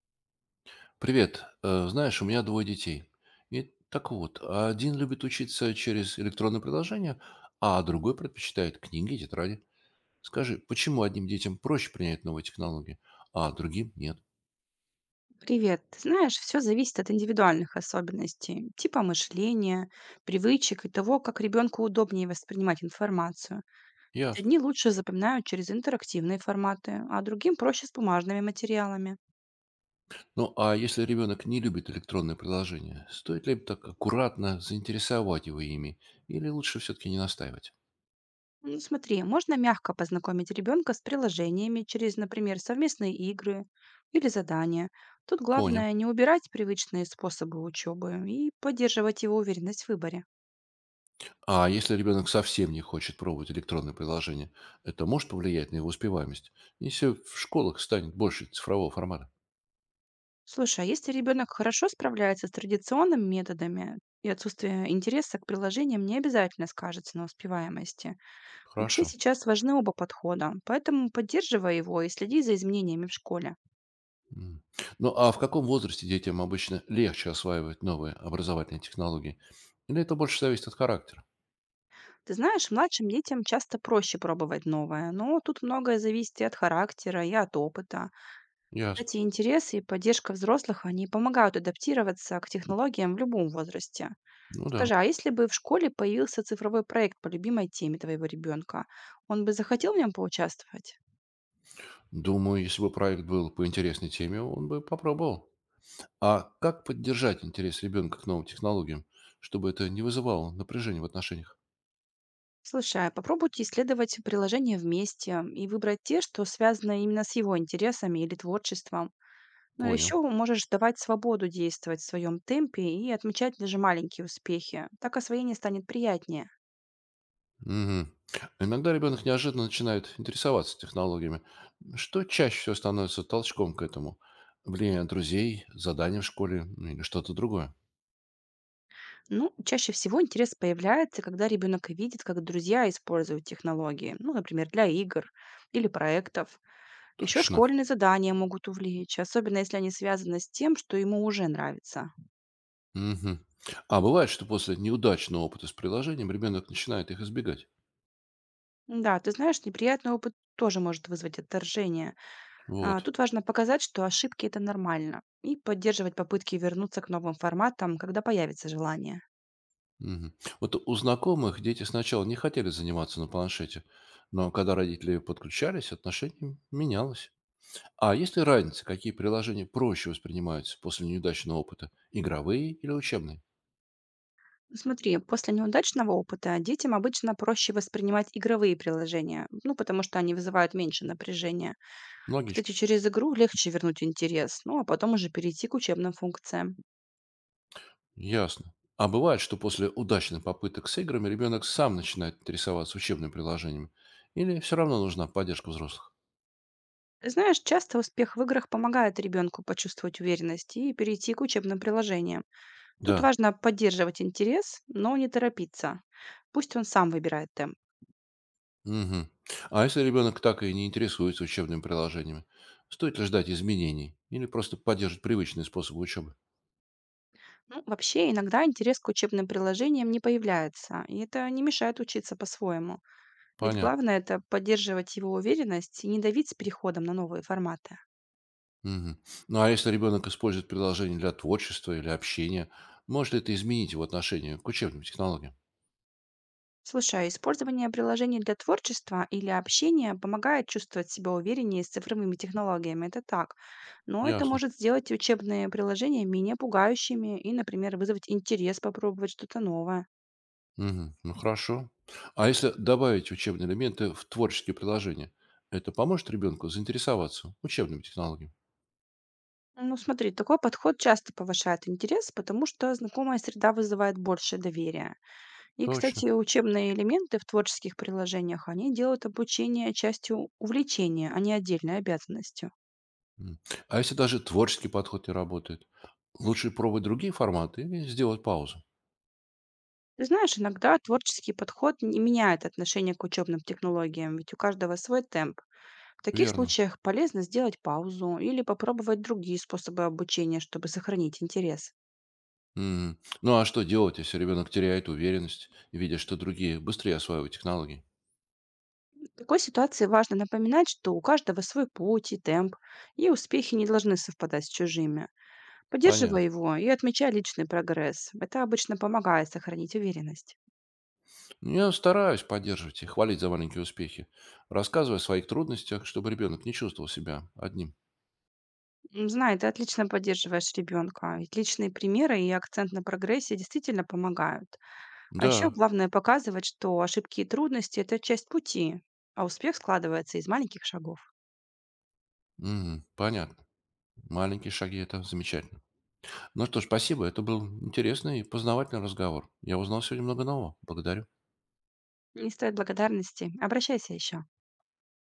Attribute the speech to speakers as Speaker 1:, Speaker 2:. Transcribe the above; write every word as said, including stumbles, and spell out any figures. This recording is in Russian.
Speaker 1: Привет. Э, Знаешь, у меня двое детей. И так вот, один любит учиться через электронные приложения, а другой предпочитает книги и тетради. Скажи, почему одним детям проще принять новые технологии, а другим нет?
Speaker 2: Привет. Ты знаешь, все зависит от индивидуальных особенностей, типа мышления, привычек и того, как ребенку удобнее воспринимать информацию. Ведь
Speaker 1: Ясно.
Speaker 2: одни лучше запоминают через интерактивные форматы, а другим проще с бумажными материалами.
Speaker 1: Ну, а если ребенок не любит электронные приложения, стоит ли так аккуратно заинтересовать его ими, или лучше все-таки не настаивать?
Speaker 2: Ну, смотри, можно мягко познакомить ребенка с приложениями через, например, совместные игры или задания. Тут
Speaker 1: Понял.
Speaker 2: главное не убирать привычные способы учебы и поддерживать его уверенность в выборе.
Speaker 1: А если ребенок совсем не хочет пробовать электронные приложения, это может повлиять на его успеваемость? Если в школах станет больше цифрового формата?
Speaker 2: Слушай, а если ребенок хорошо справляется с традиционными методами, и отсутствие интереса к приложениям не обязательно скажется на успеваемости. Вообще
Speaker 1: Хорошо.
Speaker 2: сейчас важны оба подхода, поэтому поддерживай его и следи за изменениями в школе.
Speaker 1: М. Ну, а в каком возрасте детям обычно легче осваивать новые образовательные технологии? Или это больше зависит от характера?
Speaker 2: Ты знаешь, младшим детям часто проще пробовать новое, но тут многое зависит и от характера, и от опыта.
Speaker 1: Ясно.
Speaker 2: Эти интересы и поддержка взрослых, они помогают адаптироваться к технологиям в любом возрасте.
Speaker 1: Ну да.
Speaker 2: Скажи, а если бы в школе появился цифровой проект по любимой теме твоего ребенка, он бы захотел в нем поучаствовать?
Speaker 1: Думаю, если бы проект был по интересной теме, он бы попробовал. А как поддержать интерес ребенка к новым технологиям, чтобы это не вызывало напряжения в отношениях?
Speaker 2: Слушай, а попробуйте исследовать приложения вместе и выбрать те, что связаны именно с его интересами или творчеством. Но
Speaker 1: Понял.
Speaker 2: еще можешь давать свободу действовать в своем темпе и отмечать даже маленькие успехи. Так освоение станет приятнее.
Speaker 1: Мгм. Иногда ребенок неожиданно начинает интересоваться технологиями. Что чаще всего становится толчком к этому? Влияние друзей, задания в школе, ну, или что-то другое?
Speaker 2: Ну, чаще всего интерес появляется, когда ребенок видит, как друзья используют технологии, ну, например, для игр или проектов. Еще
Speaker 1: Точно.
Speaker 2: школьные задания могут увлечь, особенно если они связаны с тем, что ему уже нравится.
Speaker 1: Мгм. А бывает, что после неудачного опыта с приложением ребенок начинает их избегать.
Speaker 2: Да, ты знаешь, неприятный опыт тоже может вызвать отторжение. А,
Speaker 1: Вот.
Speaker 2: Тут важно показать, что ошибки это нормально, и поддерживать попытки вернуться к новым форматам, когда появится желание.
Speaker 1: Мгм. Вот у знакомых дети сначала не хотели заниматься на планшете, но когда родители подключались, отношение менялось. А есть ли разница, какие приложения проще воспринимаются после неудачного опыта? Игровые или учебные?
Speaker 2: Смотри, после неудачного опыта детям обычно проще воспринимать игровые приложения, ну, потому что они вызывают меньше напряжения.
Speaker 1: Многие. щ-
Speaker 2: Кстати, через игру легче вернуть интерес, ну, а потом уже перейти к учебным функциям.
Speaker 1: Ясно. А бывает, что после удачных попыток с играми ребенок сам начинает интересоваться учебными приложениями? Или все равно нужна поддержка взрослых?
Speaker 2: Знаешь, часто успех в играх помогает ребенку почувствовать уверенность и перейти к учебным приложениям. Тут
Speaker 1: Да.
Speaker 2: важно поддерживать интерес, но не торопиться. Пусть он сам выбирает темп.
Speaker 1: Мгм. А если ребенок так и не интересуется учебными приложениями, стоит ли ждать изменений или просто поддерживать привычные способы учебы?
Speaker 2: Ну, вообще, иногда интерес к учебным приложениям не появляется, и это не мешает учиться по-своему. Ведь
Speaker 1: Понятно.
Speaker 2: главное — это поддерживать его уверенность и не давить с переходом на новые форматы.
Speaker 1: Мгм. Ну, а если ребенок использует приложение для творчества или общения, может ли это изменить его отношение к учебным технологиям?
Speaker 2: Слушай, а использование приложений для творчества или общения помогает чувствовать себя увереннее с цифровыми технологиями, это так. Но это
Speaker 1: Ясно.
Speaker 2: может сделать и учебные приложения менее пугающими и, например, вызвать интерес попробовать что-то новое.
Speaker 1: Мгм. Ну хорошо. А если добавить учебные элементы в творческие приложения, это поможет ребенку заинтересоваться учебными технологиями?
Speaker 2: Ну, смотри, такой подход часто повышает интерес, потому что знакомая среда вызывает больше доверия. И,
Speaker 1: Точно.
Speaker 2: кстати, учебные элементы в творческих приложениях, они делают обучение частью увлечения, а не отдельной обязанностью.
Speaker 1: М. А если даже творческий подход не работает, лучше пробовать другие форматы или сделать паузу?
Speaker 2: Ты знаешь, иногда творческий подход не меняет отношение к учебным технологиям, ведь у каждого свой темп. В таких
Speaker 1: Верно.
Speaker 2: случаях полезно сделать паузу или попробовать другие способы обучения, чтобы сохранить интерес.
Speaker 1: М. Ну а что делать, если ребенок теряет уверенность, видя, что другие быстрее осваивают технологии?
Speaker 2: В такой ситуации важно напоминать, что у каждого свой путь и темп, и успехи не должны совпадать с чужими. Поддерживай
Speaker 1: Понятно.
Speaker 2: его и отмечай личный прогресс. Это обычно помогает сохранить уверенность.
Speaker 1: Ну, я стараюсь поддерживать и хвалить за маленькие успехи, рассказывая о своих трудностях, чтобы ребенок не чувствовал себя одним.
Speaker 2: М, Знаю, ты отлично поддерживаешь ребенка, ведь личные примеры и акцент на прогрессе действительно помогают. А еще
Speaker 1: Да.
Speaker 2: главное показывать, что ошибки и трудности — это часть пути, а успех складывается из маленьких шагов.
Speaker 1: М, понятно. Маленькие шаги– это замечательно. Ну что ж, спасибо. Это был интересный и познавательный разговор. Я узнал сегодня много нового. Благодарю.
Speaker 2: Не стоит благодарности, обращайся еще.